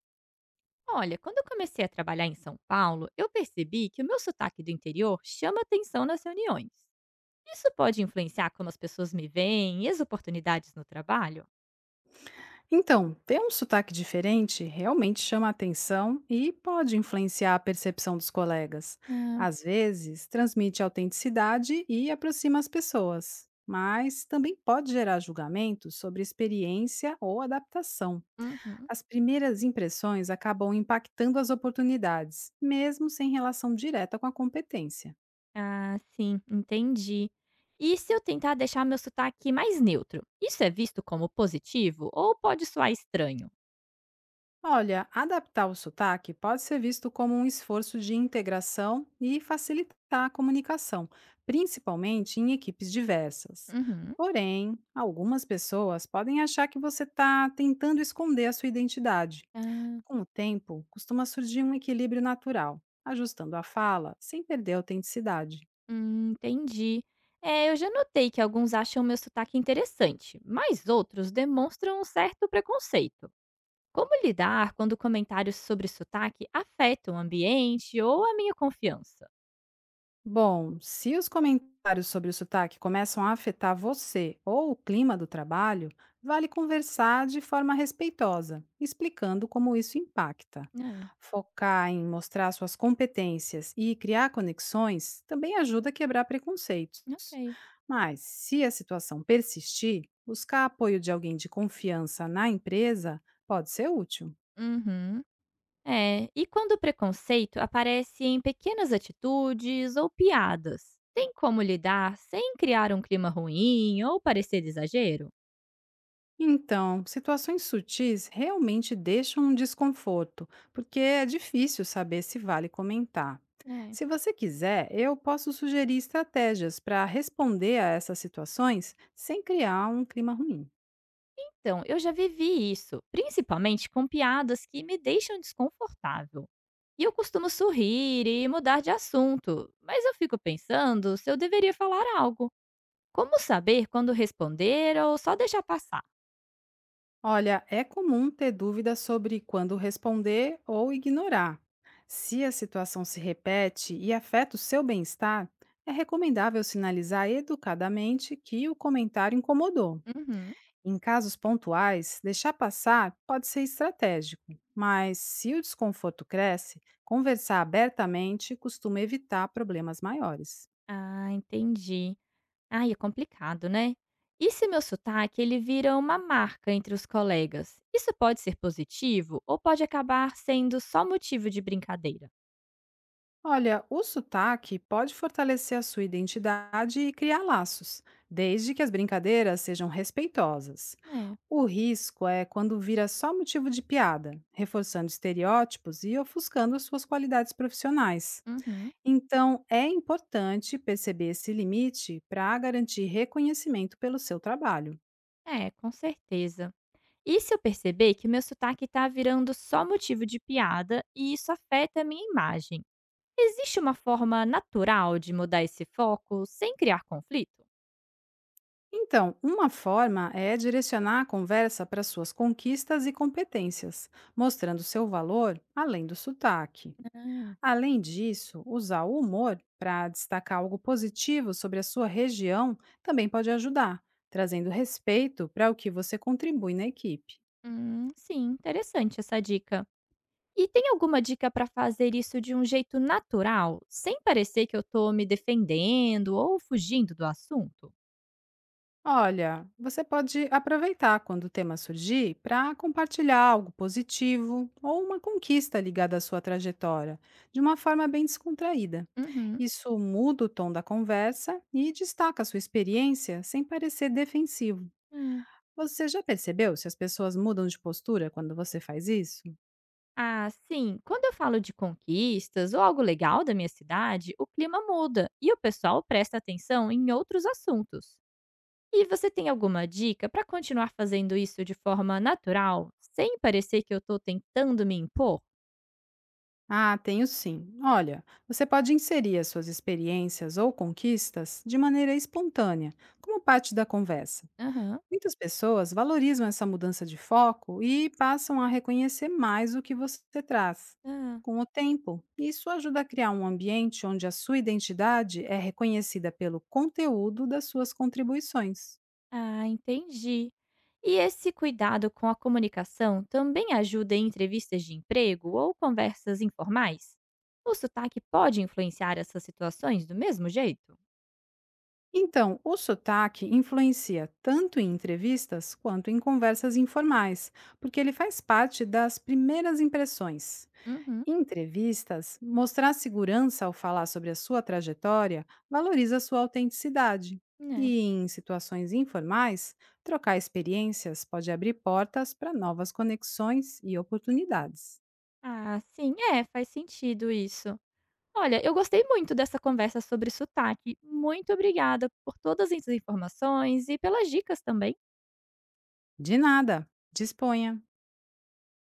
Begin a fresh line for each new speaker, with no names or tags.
Olha, quando eu comecei a trabalhar em São Paulo, eu percebi que o meu sotaque do interior chama atenção nas reuniões. Isso pode influenciar como as pessoas me veem e as oportunidades no trabalho?
Então, ter um sotaque diferente realmente chama a atenção e pode influenciar a percepção dos colegas.
Ah,
Às vezes, transmite autenticidade e aproxima as pessoas, mas também pode gerar julgamentos sobre experiência ou adaptação.
uhum.
As primeiras impressões acabam impactando as oportunidades, mesmo sem relação direta com a competência.
Ah, sim, entendi. E se eu tentar deixar meu sotaque mais neutro, isso é visto como positivo ou pode soar estranho?
Olha, adaptar o sotaque pode ser visto como um esforço de integração e facilitar a comunicação, principalmente em equipes diversas.
Uhum.
Porém, algumas pessoas podem achar que você está tentando esconder a sua identidade.
Ah,
Com o tempo, costuma surgir um equilíbrio natural, ajustando a fala sem perder a autenticidade.
entendi. É, eu já notei que alguns acham meu sotaque interessante, mas outros demonstram um certo preconceito. Como lidar quando comentários sobre sotaque afetam o ambiente ou a minha confiança?
Bom, se os comentários sobre o sotaque começam a afetar você ou o clima do trabalho, vale conversar de forma respeitosa, explicando como isso impacta.
É,
Focar em mostrar suas competências e criar conexões também ajuda a quebrar preconceitos.
ok.
Mas, se a situação persistir, buscar apoio de alguém de confiança na empresa pode ser útil.
Uhum. É, e quando o preconceito aparece em pequenas atitudes ou piadas? Tem como lidar sem criar um clima ruim ou parecer exagero?
Então, situações sutis realmente deixam um desconforto, porque é difícil saber se vale comentar.
É.
Se você quiser, eu posso sugerir estratégias para responder a essas situações sem criar um clima ruim.
Então, eu já vivi isso, principalmente com piadas que me deixam desconfortável. E eu costumo sorrir e mudar de assunto, mas eu fico pensando se eu deveria falar algo. Como saber quando responder ou só deixar passar?
Olha, é comum ter dúvidas sobre quando responder ou ignorar. Se a situação se repete e afeta o seu bem-estar, é recomendável sinalizar educadamente que o comentário incomodou.
Uhum.
Em casos pontuais, deixar passar pode ser estratégico, mas se o desconforto cresce, conversar abertamente costuma evitar problemas maiores.
Ah, entendi. Ai, é complicado, né? E se meu sotaque ele vira uma marca entre os colegas? Isso pode ser positivo ou pode acabar sendo só motivo de brincadeira?
Olha, o sotaque pode fortalecer a sua identidade e criar laços, desde que as brincadeiras sejam respeitosas.
É,
O risco é quando vira só motivo de piada, reforçando estereótipos e ofuscando as suas qualidades profissionais.
uhum.
Então, é importante perceber esse limite para garantir reconhecimento pelo seu trabalho.
É, com certeza. E se eu perceber que meu sotaque está virando só motivo de piada e isso afeta a minha imagem? Existe uma forma natural de mudar esse foco sem criar conflito?
Então, uma forma é direcionar a conversa para suas conquistas e competências, mostrando seu valor além do sotaque.
Ah.
Além disso, usar o humor para destacar algo positivo sobre a sua região também pode ajudar, trazendo respeito para o que você contribui na equipe.
Sim, interessante essa dica. E tem alguma dica para fazer isso de um jeito natural, sem parecer que eu tô me defendendo ou fugindo do assunto?
Olha, você pode aproveitar quando o tema surgir para compartilhar algo positivo ou uma conquista ligada à sua trajetória, de uma forma bem descontraída.
Uhum.
Isso muda o tom da conversa e destaca a sua experiência sem parecer defensivo.
Hum.
Você já percebeu se as pessoas mudam de postura quando você faz isso?
Ah, sim. Quando eu falo de conquistas ou algo legal da minha cidade, o clima muda e o pessoal presta atenção em outros assuntos. E você tem alguma dica para continuar fazendo isso de forma natural, sem parecer que eu tô tentando me impor?
Ah, tenho sim. Olha, você pode inserir as suas experiências ou conquistas de maneira espontânea, como parte da conversa.
Aham.
Muitas pessoas valorizam essa mudança de foco e passam a reconhecer mais o que você traz.
Ah.
Com o tempo, isso ajuda a criar um ambiente onde a sua identidade é reconhecida pelo conteúdo das suas contribuições.
Ah, entendi. E esse cuidado com a comunicação também ajuda em entrevistas de emprego ou conversas informais? O sotaque pode influenciar essas situações do mesmo jeito?
Então, o sotaque influencia tanto em entrevistas quanto em conversas informais, porque ele faz parte das primeiras impressões.
Uhum,
Em entrevistas, mostrar segurança ao falar sobre a sua trajetória valoriza sua autenticidade.
né?
E em situações informais, trocar experiências pode abrir portas para novas conexões e oportunidades.
Ah, sim, é, faz sentido isso. Olha, eu gostei muito dessa conversa sobre sotaque. Muito obrigada por todas as informações e pelas dicas também.
De nada, disponha!